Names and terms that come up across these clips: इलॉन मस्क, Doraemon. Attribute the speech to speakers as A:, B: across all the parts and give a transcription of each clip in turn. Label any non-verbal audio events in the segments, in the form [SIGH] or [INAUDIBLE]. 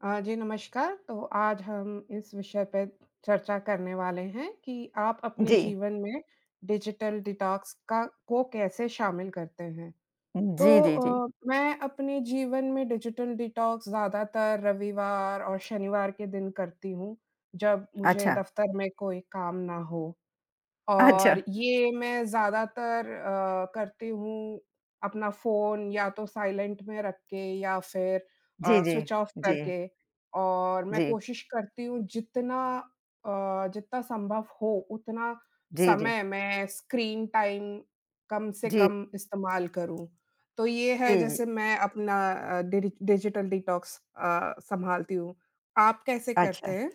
A: जी नमस्कार। तो आज हम इस विषय पे चर्चा करने वाले हैं कि आप अपने
B: जी।
A: जीवन में डिजिटल डिटॉक्स का को कैसे शामिल करते हैं? तो
B: जी, जी, जी।
A: मैं अपने जीवन में डिजिटल डिटॉक्स ज़्यादातर रविवार और शनिवार के दिन करती हूँ, जब मुझे
B: अच्छा,
A: दफ़्तर में कोई काम ना हो।
B: अच्छा।
A: और ये मैं ज़्यादातर करती हूँ अपना फ़ोन या तो साइलेंट में रख के या फिर
B: जी, जी,
A: स्विच ऑफ
B: जी,
A: करके। और मैं
B: जी,
A: कोशिश करती हूँ जितना संभव हो उतना
B: जी, जी,
A: समय मैं स्क्रीन टाइम कम से
B: जी,
A: कम इस्तेमाल करूँ। तो ये है
B: जी, जी।
A: जैसे मैं अपना अ, डिडि डिजिटल डिटॉक्स संभालती हूँ। आप कैसे करते
B: अच्छा।
A: हैं?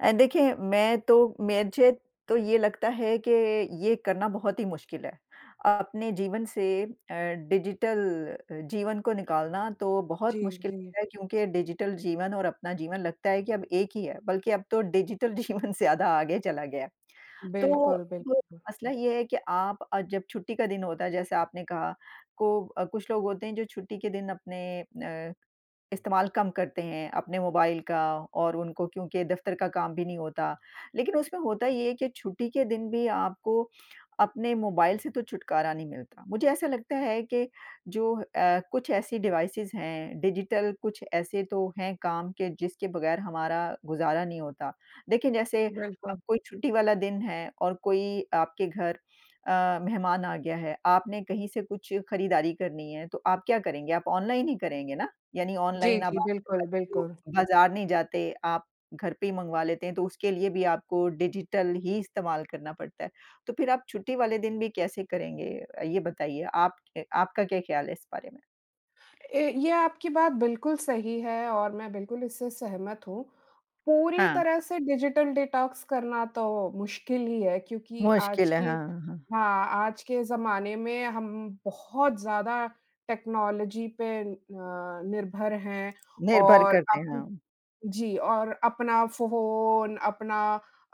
B: देखिए मैं तो मुझे तो ये लगता है कि ये करना बहुत ही मुश्किल है। अपने जीवन से डिजिटल जीवन को निकालना तो बहुत
A: जी,
B: मुश्किल
A: जी।
B: [LAUGHS] है क्योंकि डिजिटल जीवन और अपना जीवन लगता है कि अब एक ही है, बल्कि अब तो डिजिटल जीवन [LAUGHS] ज़्यादा आगे चला गया है। तो
A: बिल्कुल,
B: अब
A: बिल्कुल,
B: मसला ये है कि आप जब छुट्टी का दिन होता है जैसे आपने कहा को कुछ लोग होते हैं जो छुट्टी के दिन अपने इस्तेमाल कम करते हैं अपने मोबाइल का और उनको क्योंकि दफ़्तर का काम भी नहीं होता। लेकिन उसमें होता ये है कि छुट्टी के दिन भी आपको अपने मोबाइल से तो छुटकारा नहीं मिलता। मुझे ऐसा लगता है कि जो कुछ ऐसी डिवाइसेज़ हैं, डिजिटल कुछ ऐसे तो हैं काम के जिसके बगैर हमारा गुज़ारा नहीं होता। देखिए जैसे अब
A: बिल्कुल।
B: कोई छुट्टी वाला दिन है और कोई आपके घर मेहमान आ गया है, आपने कहीं से कुछ खरीदारी करनी है, तो आप क्या करेंगे? आप ऑनलाइन ही करेंगे ना? यानी
A: जी,
B: ऑनलाइन अब
A: जी,
B: आप
A: बिल्कुल,
B: जो
A: बिल्कुल।
B: बाज़ार नहीं जाते, आप घर पे ही मँगवा लेते हैं, तो उसके लिए भी आपको डिजिटल ही इस्तेमाल करना पड़ता है। तो फिर आप छुट्टी वाले दिन भी कैसे करेंगे? ये बताइए आप क आपका क्या ख़्याल है इस बारे में?
A: ए ये आपकी बात बिल्कुल सही है और मैं बिल्कुल इससे सहमत हूँ। पूरी
B: हाँ,
A: तरह से डिजिटल डिटॉक्स करना तो मुश्किल ही है क्योंकि आज
B: मुश्किल है,
A: की
B: हाँ, हाँ। हाँ।
A: हाँ, आज के ज़माने में हम बहुत ज़्यादा टेक्नोलॉजी पे निर्भर हैं।
B: निर्भर
A: और
B: करते
A: अप
B: हैं हम।
A: जी, और अपना फ़ोन, अपना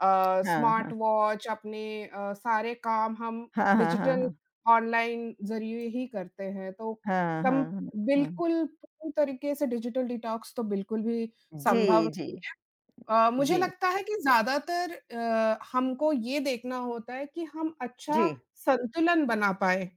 B: हाँ,
A: स्मार्ट
B: हाँ।
A: वॉच, अपने सारे काम हम
B: हाँ, हाँ, हाँ,
A: डिजिटल
B: हाँ।
A: ऑनलाइन ज़रिए ही करते हैं, तो
B: हाँ, हाँ,
A: कम
B: हाँ, हाँ।
A: बिल्कुल पूरी तरीके से डिजिटल डिटॉक्स तो बिल्कुल भी
B: जी,
A: संभव
B: जी।
A: नहीं। मुझे
B: जी,
A: लगता है कि ज़्यादातर हमको ये देखना होता है कि हम
B: जी।
A: अच्छा संतुलन बना पाएँ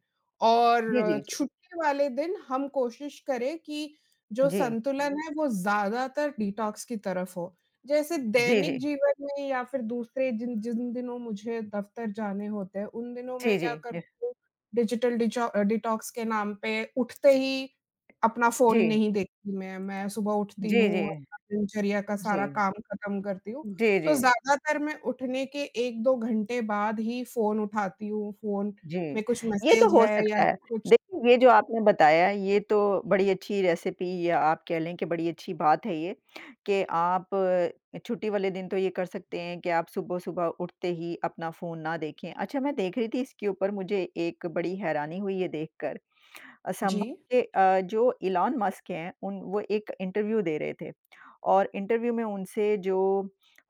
A: और
B: जी, जी, जी।
A: छुट्टी वाले दिन हम कोशिश करें कि जो
B: जी,
A: संतुलन है वो ज़्यादातर डिटॉक्स की तरफ हो। जैसे
B: जी,
A: दैनिक
B: जी।
A: जीवन में या फिर दूसरे जिन जिन दिनों मुझे दफ़्तर जाने होते हैं, उन दिनों मैं
B: जी, जी।
A: क्या करती हूँ डिजिटल डिटॉक्स के नाम पे उठते ही अपना फ़ोन
B: जी,
A: नहीं देखती मैं। मैं सुबह उठती
B: जी,
A: हूँ,
B: जी।
A: दिनचर्या का
B: जी।
A: सारा काम खत्म करती हूँ,
B: जी, जी।
A: तो
B: जी
A: ज़्यादातर मैं उठने के 1-2 घंटे बाद ही फ़ोन उठाती हूँ, फ़ोन
B: जी,
A: में कुछ
B: ये तो
A: मैसेज
B: हो
A: है
B: सकता
A: या
B: है।
A: कुछ।
B: देखिए, ये जो आपने बताया, ये तो बड़ी अच्छी रेसिपी या आप कह लें कि बड़ी अच्छी बात है ये, कि आप छुट्टी वाले दिन तो ये कर सकते हैं कि आप सुबह-सुबह उठते ही अपना फ़ोन ना देखें। अच्छा, मैं देख रही थी इसके ऊपर मुझे एक बड़ी हैरानी हुई ये देखकर
A: जी।
B: संभव के जो इलॉन मस्क हैं, उन वो एक इंटरव्यू दे रहे थे और इंटरव्यू में उनसे जो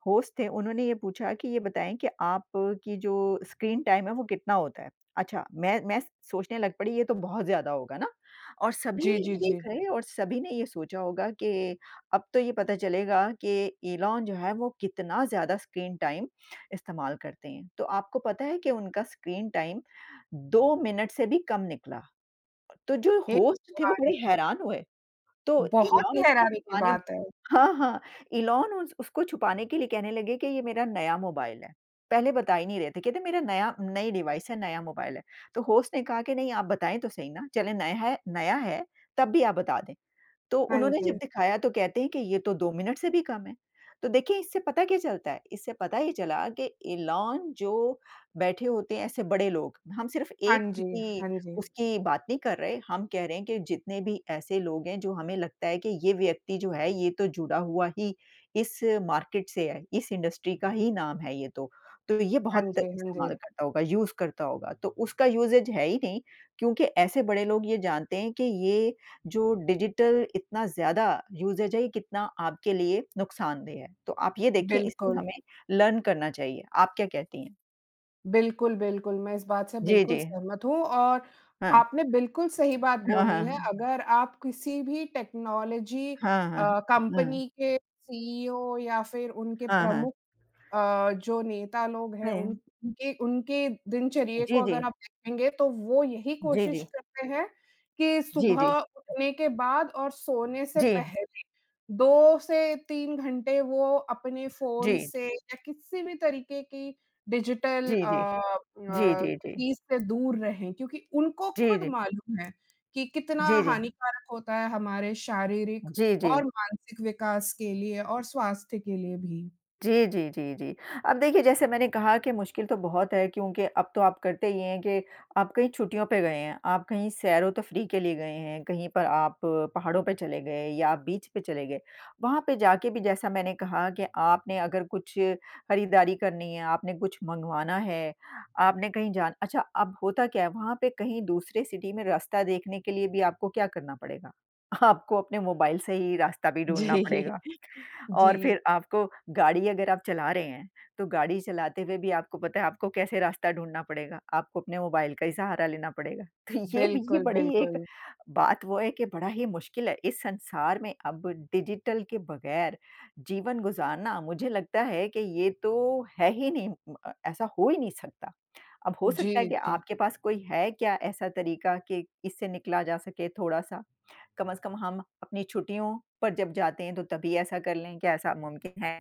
B: होस्ट थे, उन्होंने ये पूछा कि ये बताएँ कि आपकी जो स्क्रीन टाइम है, वो कितना होता है? अच्छा, मैं सोचने लग पड़ी, ये तो बहुत ज़्यादा होगा ना? और सभी
A: जी, जी, जी।
B: देख रहे हैं और सभी ने ये सोचा होगा कि अब तो ये पता चलेगा कि इलॉन जो है, वो कितना ज़्यादा स्क्रीन टाइम इस्तेमाल करते हैं। तो आपको पता है कि उनका स्क्रीन टाइम 2 मिनट से भी कम निकला। तो जो
A: हे
B: होस्ट थे वो
A: भगवान!
B: बड़े हैरान हुए, तो
A: बहुत
B: इलॉन
A: ही
B: उसको
A: हैरानी की
B: छुपाने
A: बात है।
B: [LAUGHS] हाँ, हाँ, इलॉन उस उसको छुपाने के लिए कहने लगे कि ये मेरा नया मोबाइल है। पहले बता ही नहीं रहे थे, कहते मेरा नया नई डिवाइस है, नया मोबाइल है। तो होस्ट ने कहा कि नहीं आप बताएँ तो सही ना, चलें नया है, तब भी आप बता दें। तो
A: हाँ
B: उन्होंने जब
A: जी।
B: दिखाया तो कहते हैं कि ये तो 2 मिनट से भी कम है। तो देखिए इससे पता क्या चलता है? इससे पता ये चला कि एलन जो बैठे होते हैं ऐसे बड़े लोग, हम सिर्फ़
A: हाँ
B: एक
A: जी,
B: की
A: हाँ जी।
B: उसकी बात नहीं कर रहे, हम कह रहे हैं कि जितने भी ऐसे लोग हैं जो हमें लगता है कि ये व्यक्ति जो है ये तो जुड़ा हुआ ही इस मार्केट से है, इस इंडस्ट्री का ही नाम है ये तो। तो ये
A: हाँ
B: बहुत
A: जी, हाँ जी।
B: इस्तेमाल करता होगा, यूज़ करता होगा। तो उसका यूसेज है ही नहीं क्योंकि ऐसे बड़े लोग ये जानते हैं कि ये जो डिजिटल इतना ज़्यादा यूसेज है, ये कितना आपके लिए नुकसानदेह है। तो आप ये देखिए इससे
A: बिल्कुल।
B: हमें लर्न करना चाहिए। आप क्या कहती हैं?
A: बिल्कुल, बिल्कुल, मैं इस बात से
B: जी,
A: बिल्कुल
B: जी।
A: सहमत हूँ और
B: हाँ।
A: आपने बिल्कुल सही बात
B: हाँ,
A: बोली
B: हाँ,
A: है।
B: हाँ।
A: अगर आप किसी भी टेक्नोलॉजी
B: हाँ, हाँ, हाँ।
A: कंपनी के सीईओ या फिर उनके
B: हाँ, हाँ।
A: प्रमुख जो नेता लोग हैं उन
B: है।
A: उनके उनके दिनचर्या को
B: जी, जी।
A: अगर आप देखेंगे तो वो यही
B: जी, जी।
A: कोशिश करते हैं कि
B: जी,
A: सुबह
B: जी।
A: उठने के बाद और सोने से
B: जी, जी।
A: पहले 2 से 3 घंटे वो अपने फ़ोन से या किसी भी तरीके की डिजिटल
B: जी, जी। जी, जी, जी।
A: चीज़ से दूर रहें क्योंकि उनको
B: जी,
A: खुद
B: जी।
A: मालूम है कि कितना
B: जी, जी।
A: हानिकारक होता है हमारे शारीरिक
B: जी, जी।
A: और मानसिक विकास के लिए और स्वास्थ्य के लिए भी।
B: जी, जी, जी, जी। अब देखिए जैसे मैंने कहा कि मुश्किल तो बहुत है क्योंकि अब तो आप करते ही हैं कि आप कहीं छुट्टियों पे गए हैं, आप कहीं सैरो-तफरीह के लिए गए हैं, कहीं पर आप पहाड़ों पे चले गए या आप बीच पे चले गए। वहाँ पे जाके भी जैसा मैंने कहा कि आपने अगर कुछ खरीदारी करनी है, आपने कुछ मँगवाना है, आपने कहीं जान अच्छा अब होता क्या है वहाँ पे कहीं दूसरे सिटी में रास्ता देखने के लिए भी आपको क्या करना पड़ेगा? [LAUGHS] आपको अपने मोबाइल से ही रास्ता भी ढूँढना
A: जी।
B: पड़ेगा।
A: जी,
B: और फिर आपको गाड़ी अगर आप चला रहे हैं, तो गाड़ी चलाते हुए भी आपको पता है आपको कैसे रास्ता ढूँढना पड़ेगा, आपको अपने मोबाइल का ही सहारा लेना पड़ेगा। तो ये भी ये
A: बिल्कुल,
B: बड़ी एक
A: बिल्कुल।
B: बात वो है कि बड़ा ही मुश्किल है, इस संसार में अब डिजिटल के बगैर जीवन गुज़ारना मुझे लगता है कि ये तो है ही नहीं ऐसा हो ही नहीं सकता। अब हो सकता है
A: जी,
B: कि
A: जी।
B: आपके पास कोई है क्या ऐसा तरीका कि इससे निकला जा सके थोड़ा-सा? कम से कम हम अपनी छुट्टियों पर जब जाते हैं तो तभी ऐसा कर लें, क्या ऐसा मुमकिन है?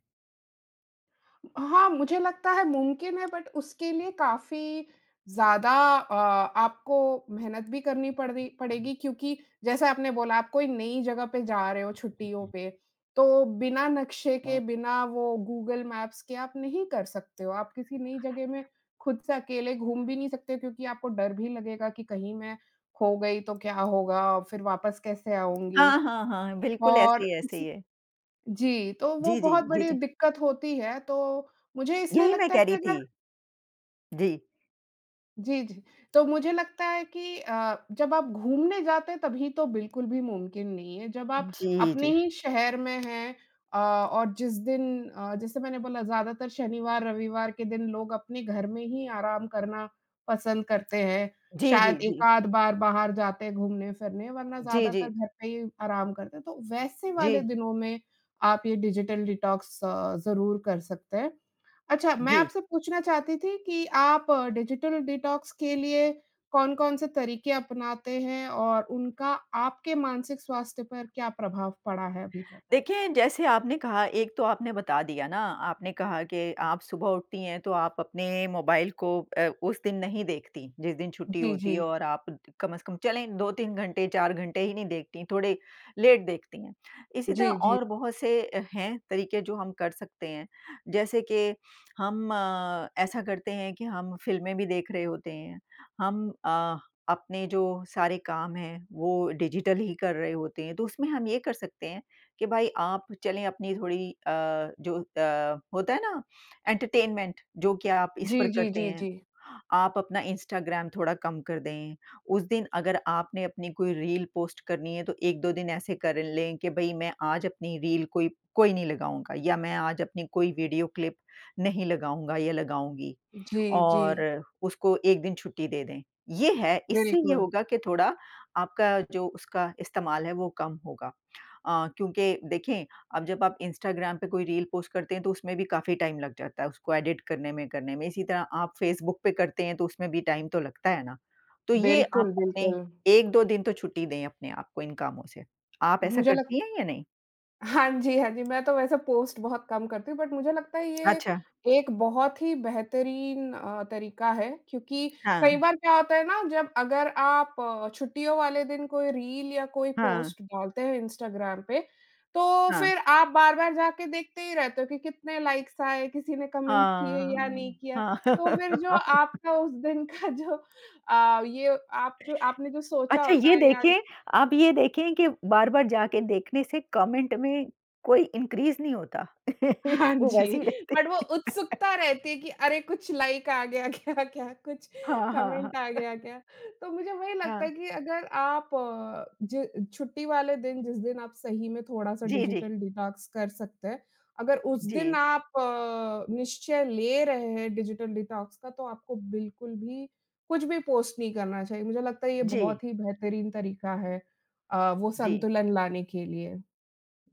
A: हाँ, मुझे लगता है मुमकिन है बट उसके लिए काफ़ी ज़्यादा अ, आपको मेहनत भी करनी पड़ी पड़ेगी क्योंकि जैसे आपने बोला आप कोई नई जगह पे जा रहे हो छुट्टियों पे, तो बिना नक्शे के,
B: हाँ।
A: बिना वो गूगल मैप्स के आप नहीं कर सकते हो। आप किसी नई जगह में खुद से अकेले घूम भी नहीं सकते हो क्योंकि आपको डर भी लगेगा कि कहीं मैं खो गई तो क्या होगा? फिर वापस कैसे आऊँगी?
B: हाँ, हाँ, हाँ, बिल्कुल
A: और
B: ऐसे
A: इसी
B: ही है।
A: जी, तो वो
B: जी, जी,
A: बहुत
B: जी,
A: बड़ी
B: जी।
A: दिक्कत होती है, तो मुझे इसलिए
B: यही मैं
A: लगता है
B: कह
A: कि
B: रही थी।
A: अगर
B: जी।
A: जी, जी। तो मुझे लगता है कि जब आप घूमने जाते हैं तभी तो बिल्कुल भी मुमकिन नहीं है। जब आप
B: जी,
A: अपने
B: जी।
A: ही शहर में हैं और जिस दिन जैसे मैंने बोला ज़्यादातर शनिवार-रविवार के दिन लोग अपने घर में ही आराम करना पसंद करते हैं।
B: जी,
A: शायद
B: जी, जी।
A: एक-आध बार बाहर जाते हैं घूमने-फिरने, वरना
B: जी, जी।
A: ज़्यादातर घर पे ही आराम करते हैं। तो वैसे वाले
B: जी,
A: दिनों में आप ये डिजिटल डिटॉक्स ज़रूर कर सकते हैं। अच्छा, मैं
B: जी।
A: आपसे पूछना चाहती थी कि आप डिजिटल डिटॉक्स के लिए कौन-कौन से तरीके अपनाते हैं और उनका आपके मानसिक स्वास्थ्य पर क्या प्रभाव पड़ा है अभी तक?
B: देखिए, जैसे आपने कहा एक तो आपने बता दिया ना, आपने कहा कि आप सुबह उठती हैं तो आप अपने मोबाइल को उस दिन नहीं देखती, जिस दिन छुट्टी
A: जी,
B: होती
A: जी।
B: है और आप कम से कम चलें 2-3 घंटे, 4 घंटे ही नहीं देखती, थोड़े लेट देखती हैं। इसी तरह
A: जी, जी।
B: और बहुत से हैं तरीके जो हम कर सकते हैं। जैसे कि हम ऐसा करते हैं कि हम फ़िल्में भी देख रहे होते हैं, हम अपने जो सारे काम हैं वो डिजिटल ही कर रहे होते हैं, तो उसमें हम ये कर सकते हैं कि भाई आप चलें अपनी थोड़ी जो होता है ना एंटरटेनमेंट जो कि आप इस
A: जी,
B: पर
A: जी,
B: करते
A: जी,
B: हैं,
A: जी।
B: आप अपना इंस्टाग्राम थोड़ा कम कर दें। उस दिन अगर आपने अपनी कोई रील पोस्ट करनी है तो 1-2 दिन ऐसे कर लें कि भई मैं आज अपनी रील कोई कोई नहीं लगाऊँगा या मैं आज अपनी कोई वीडियो क्लिप नहीं लगाऊँगा या लगाऊँगी
A: जी, जी।
B: और उसको 1 दिन छुट्टी दे दें। ये है, इससे ये
A: बिल्कुल।
B: होगा कि थोड़ा आपका जो उसका इस्तेमाल है वो कम होगा। क्योंकि देखें, अब जब आप इंस्टाग्राम पे कोई रील पोस्ट करते हैं, तो उसमें भी काफ़ी टाइम लग जाता है, उसको एडिट करने में, करने में। इसी तरह आप फ़ेसबुक पे करते हैं, तो उसमें भी टाइम तो लगता है ना। तो ये
A: बिल्कुल,
B: आप अपने
A: बिल्कुल।
B: 1-2 दिन तो छुट्टी दें अपने आप को इन कामों से। आप ऐसा
A: मुझे लगता
B: करती हैं या नहीं?
A: हाँ जी, हाँ जी। मैं तो वैसे पोस्ट बहुत कम करती हूँ बट मुझे लगता है ये
B: अच्छा,
A: एक बहुत ही बेहतरीन तरीका है क्योंकि कई
B: हाँ,
A: बार क्या होता है ना जब अगर आप छुट्टियों वाले दिन कोई रील या कोई
B: हाँ,
A: पोस्ट डालते हैं इंस्टाग्राम पे, तो
B: हाँ।
A: फिर आप बार-बार जाके देखते ही रहते हो कि कितने लाइक्स आए, किसी ने कमेंट किए या नहीं
B: हाँ,
A: किया।
B: हाँ।
A: तो फिर जो
B: [LAUGHS]
A: आपका उस दिन का ये आप जो आपने जो सोचा
B: अच्छा
A: होता
B: ये
A: है या
B: देखें आप ये देखें कि बार-बार जाके देखने से कमेंट में कोई इंक्रीज़ नहीं होता।
A: हाँ
B: [LAUGHS] वो वैसे
A: जी,
B: ही रहते।
A: बट वो उत्सुकता रहती है कि अरे! कुछ लाइक आ गया क्या? क्या कुछ
B: हाँ, हाँ, हाँ।
A: कमेंट आ गया क्या? तो मुझे वही लगता
B: हाँ,
A: है कि अगर आप ज छुट्टी वाले दिन, जिस दिन आप सही में थोड़ा-सा
B: जी, जी।
A: डिजिटल डिटॉक्स कर सकते हैं, अगर उस दिन
B: जी,
A: आप निश्चय ले रहे हैं डिजिटल डिटॉक्स का तो आपको बिल्कुल भी कुछ भी पोस्ट नहीं करना चाहिए। मुझे लगता है ये
B: जी,
A: बहुत ही बेहतरीन तरीका है वो
B: जी,
A: संतुलन लाने के लिए।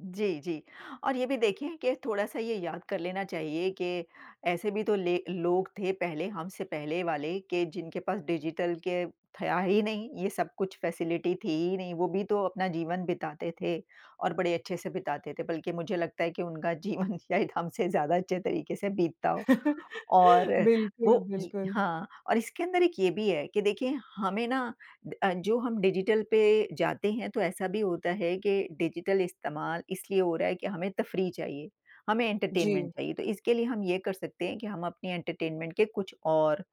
B: जी, जी। और ये भी देखिए कि थोड़ा-सा ये याद कर लेना चाहिए कि ऐसे भी तो ले लोग थे पहले हमसे पहले वाले कि जिनके पास डिजिटल के था ही नहीं, ये सब कुछ फैसिलिटी थी ही नहीं, वो भी तो अपना जीवन बिताते थे और बड़े अच्छे से बिताते थे। बल्कि मुझे लगता है कि उनका जीवन [LAUGHS] शायद हमसे ज़्यादा अच्छे तरीके से बीतता हो। और
A: [LAUGHS] बिल्कुल,
B: वो ये
A: बिल्कुल।
B: हाँ, और इसके अंदर एक ये भी है कि देखिए हमें ना जो हम डिजिटल पे जाते हैं तो ऐसा भी होता है कि डिजिटल इस्तेमाल इसलिए हो रहा है कि हमें तफरीह चाहिए, हमें
A: जी,
B: एंटरटेनमेंट चाहिए। तो इसके लिए हम ये कर सकते हैं कि हम अपनी एंटरटेनमेंट के कुछ और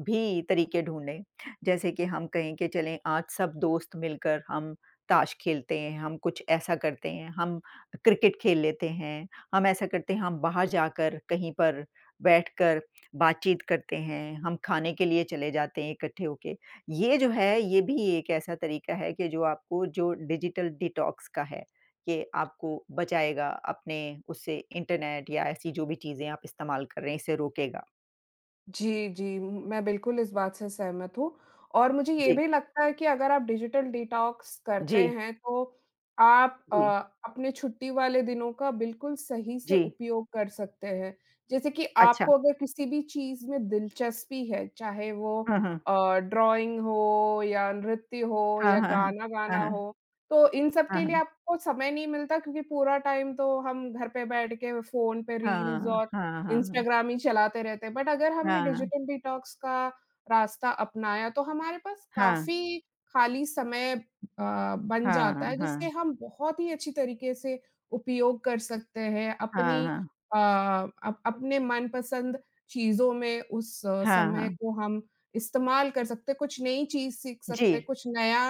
B: भी तरीके ढूँढें। जैसे कि हम कहें कि चलें आज सब दोस्त मिलकर हम ताश खेलते हैं, हम कुछ ऐसा करते हैं, हम क्रिकेट खेल लेते हैं, हम ऐसा करते हैं हम बाहर जाकर कहीं पर बैठकर बातचीत करते हैं, हम खाने के लिए चले जाते हैं इकट्ठे होके। ये जो है ये भी एक ऐसा तरीका है कि जो आपको जो डिजिटल डिटॉक्स का है, कि आपको बचाएगा अपने उससे इंटरनेट या ऐसी जो भी चीज़ें आप इस्तेमाल कर रहे हैं इससे रोकेगा।
A: जी, जी। मैं बिल्कुल इस बात से सहमत हूँ और मुझे ये
B: जी।
A: भी लगता है कि अगर आप डिजिटल डिटॉक्स करते
B: जी,
A: हैं तो आप
B: जी।
A: अपने छुट्टी वाले दिनों का बिल्कुल सही से
B: जी,
A: उपयोग कर सकते हैं। जैसे कि
B: अच्छा।
A: आपको अगर किसी भी चीज़ में दिलचस्पी है, चाहे वो
B: हाँ, हाँ।
A: ड्राइंग हो या नृत्य हो
B: हाँ,
A: या
B: हाँ, हाँ।
A: गाना गाना हो, तो इन सब
B: हाँ,
A: के लिए
B: हाँ।
A: आपको समय नहीं मिलता क्योंकि पूरा टाइम तो हम घर पे बैठ के फ़ोन पे रील्स
B: हाँ,
A: और
B: हाँ।
A: इंस्टाग्राम ही चलाते रहते हैं। बट अगर हमने
B: हाँ, हाँ,
A: डिजिटल डिटॉक्स का रास्ता अपनाया तो हमारे पास
B: हाँ,
A: काफ़ी खाली समय बन
B: हाँ,
A: जाता
B: हाँ,
A: है,
B: हाँ,
A: जिससे
B: हाँ,
A: हम बहुत ही अच्छी तरीके से उपयोग कर सकते हैं
B: हाँ,
A: अपनी
B: हाँ,
A: अ, अप अपने मनपसंद चीज़ों में। उस
B: हाँ,
A: समय
B: हाँ।
A: को हम इस्तेमाल कर सकते हैं, कुछ नई चीज़ सीख सकते हैं,
B: जी,
A: कुछ नया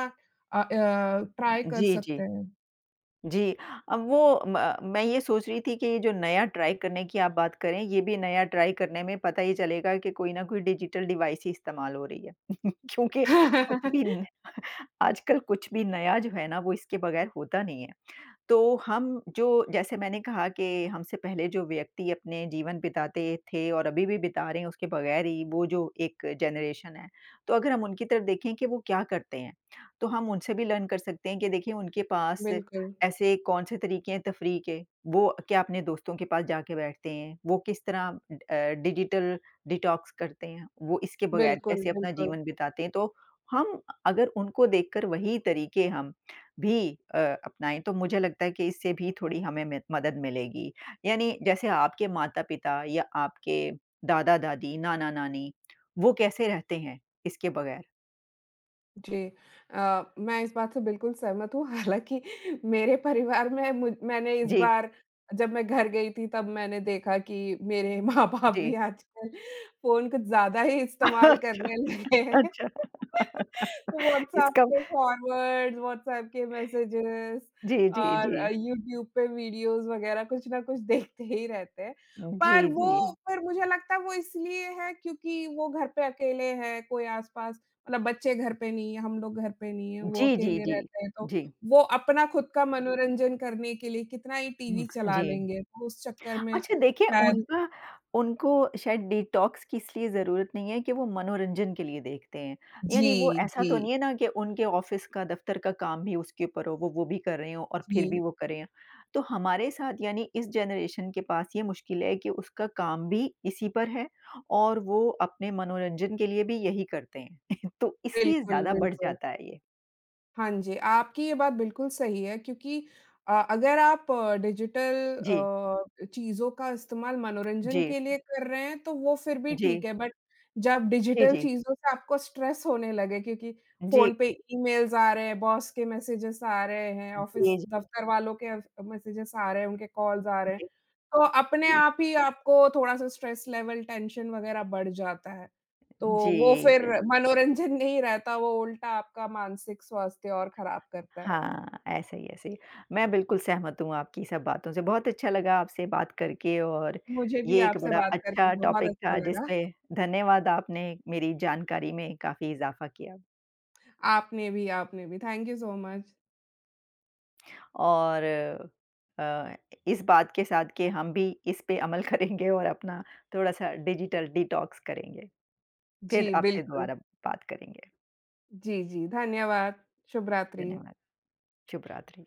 A: ट्राई कर
B: जी,
A: सकते
B: जी,
A: हैं।
B: जी। अब वो म मैं ये सोच रही थी कि ये जो नया ट्राई करने की आप बात करें, ये भी नया ट्राई करने में पता ही चलेगा कि कोई न कोई डिजिटल डिवाइस ही इस्तेमाल हो रही है। [LAUGHS] क्योंकि कुछ भी न
A: [LAUGHS]
B: आजकल कुछ भी नया जो है ना, वो इसके बगैर होता नहीं है। तो हम जो जैसे मैंने कहा कि हमसे पहले जो व्यक्ति अपने जीवन बिताते थे और अभी भी बिता रहे हैं उसके बगैर ही वो जो एक जनरेशन है, तो अगर हम उनकी तरफ देखें कि वो क्या करते हैं, तो हम उनसे भी लर्न कर सकते हैं कि देखिए उनके पास
A: बिल्कुल,
B: ऐसे कौन-से तरीके हैं तफरीह के, वो क्या अपने दोस्तों के पास जाके बैठते हैं, वो किस तरह डिजिटल डिटॉक्स करते हैं, वो इसके बगैर
A: बिल्कुल,
B: कैसे अपना
A: बिल्कुल।
B: जीवन बिताते हैं। तो हम अगर उनको देखकर वही तरीके हम भी अ, अपनाएँ, तो मुझे लगता है कि इससे भी थोड़ी हमें म मदद मिलेगी। यानी जैसे आपके माता-पिता या आपके दादा-दादी, नाना-नानी वो कैसे रहते हैं इसके बगैर?
A: जी। मैं इस बात से बिल्कुल सहमत हूँ, हालाँकि [LAUGHS] मेरे परिवार में मुझ मैंने इस
B: जी,
A: बार जब मैं घर गई थी तब मैंने देखा कि मेरे [LAUGHS] माँ-बाप
B: जी।
A: भी आजकल फ़ोन कुछ ज़्यादा ही
B: [LAUGHS]
A: इस्तेमाल
B: अच्छा,
A: करने लगे हैं।
B: अच्छा। [LAUGHS]
A: व्हाट्सएप
B: इसका
A: के फॉरवर्ड्स, व्हाट्सएप के मैसेजेस
B: जी, जी,
A: और
B: जी।
A: यूट्यूब पे वीडियोज़ वगैरह कुछ ना कुछ देखते ही रहते हैं।
B: जी,
A: पर वो
B: जी।
A: फिर मुझे लगता है वो इसलिए है क्योंकि वो घर पे अकेले हैं, कोई आस-पास, मतलब बच्चे घर पे नहीं है, हम लोग घर पे नहीं है, वो
B: जी, जी,
A: अकेले
B: जी।
A: रहते हैं तो
B: जी।
A: वो अपना खुद का मनोरंजन करने के लिए कितना ही टीवी
B: हुँ,
A: चला
B: जी।
A: लेंगे, तो उस चक्कर में
B: अच्छा देखिए
A: शायद।
B: उनका उनको शायद डिटॉक्स की इसलिए ज़रूरत नहीं है कि वो मनोरंजन के लिए देखते हैं। यानी वो
A: जी,
B: ऐसा तो
A: जी,
B: नहीं है ना कि उनके ऑफ़िस का दफ़्तर का काम भी उसके ऊपर हो, वो भी कर रहे हों और फिर
A: जी।
B: भी वो करें। तो हमारे साथ यानी इस जनरेशन के पास ये मुश्किल है कि उसका काम भी इसी पर है और वो अपने मनोरंजन के लिए भी यही करते हैं। [LAUGHS] तो इसलिए
A: बिल्कुल,
B: ज़्यादा बढ़
A: बिल्कुल।
B: जाता है ये।
A: हाँ जी, आपकी ये बात बिल्कुल सही है, क्योंकि अगर आप डिजिटल
B: जी,
A: चीज़ों का इस्तेमाल मनोरंजन
B: जी,
A: के लिए कर रहे हैं, तो वो फिर भी
B: जी,
A: ठीक है, बट जब डिजिटल
B: जी,
A: चीज़ों से आपको स्ट्रेस होने लगे क्योंकि
B: जी, जी,
A: फ़ोन पे ईमेल्स आ रहे हैं, बॉस के मैसेजेस आ रहे हैं, ऑफ़िस
B: जी,
A: दफ़्तर वालों के मैसेजेस आ रहे हैं, उनके कॉल्स आ रहे हैं,
B: जी, जी,
A: तो अपने
B: जी,
A: आप ही आपको थोड़ा-सा स्ट्रेस लेवल, टेंशन वग़ैरह बढ़ जाता है। तो
B: जी,
A: वो फिर
B: बिल्कुल।
A: मनोरंजन नहीं रहता, वो उल्टा आपका मानसिक स्वास्थ्य और ख़राब करता है।
B: हाँ, ऐसे ही, ऐसे ही। मैं बिल्कुल सहमत हूँ आपकी सब बातों से। बहुत अच्छा लगा आपसे बात करके और
A: मुझे भी
B: ये एक
A: आपसे
B: बड़ा
A: बात करके
B: अच्छा
A: बहुत
B: टॉपिक
A: अच्छा
B: था
A: लगा।
B: जिसपे धन्यवाद आपने मेरी जानकारी में काफ़ी इज़ाफ़ा किया।
A: आपने भी, आपने भी। Thank you so much.
B: और अ, इस बात के साथ कि हम भी इस पे अमल [LAUGHS] करेंगे और अपना थोड़ा-सा डिजिटल डिटॉक्स करेंगे। फिर
A: जी,
B: आपसे
A: बिल्कुल।
B: दोबारा बात करेंगे।
A: जी, जी, धन्यवाद। शुभ रात्रि।
B: धन्यवाद। शुभ रात्रि।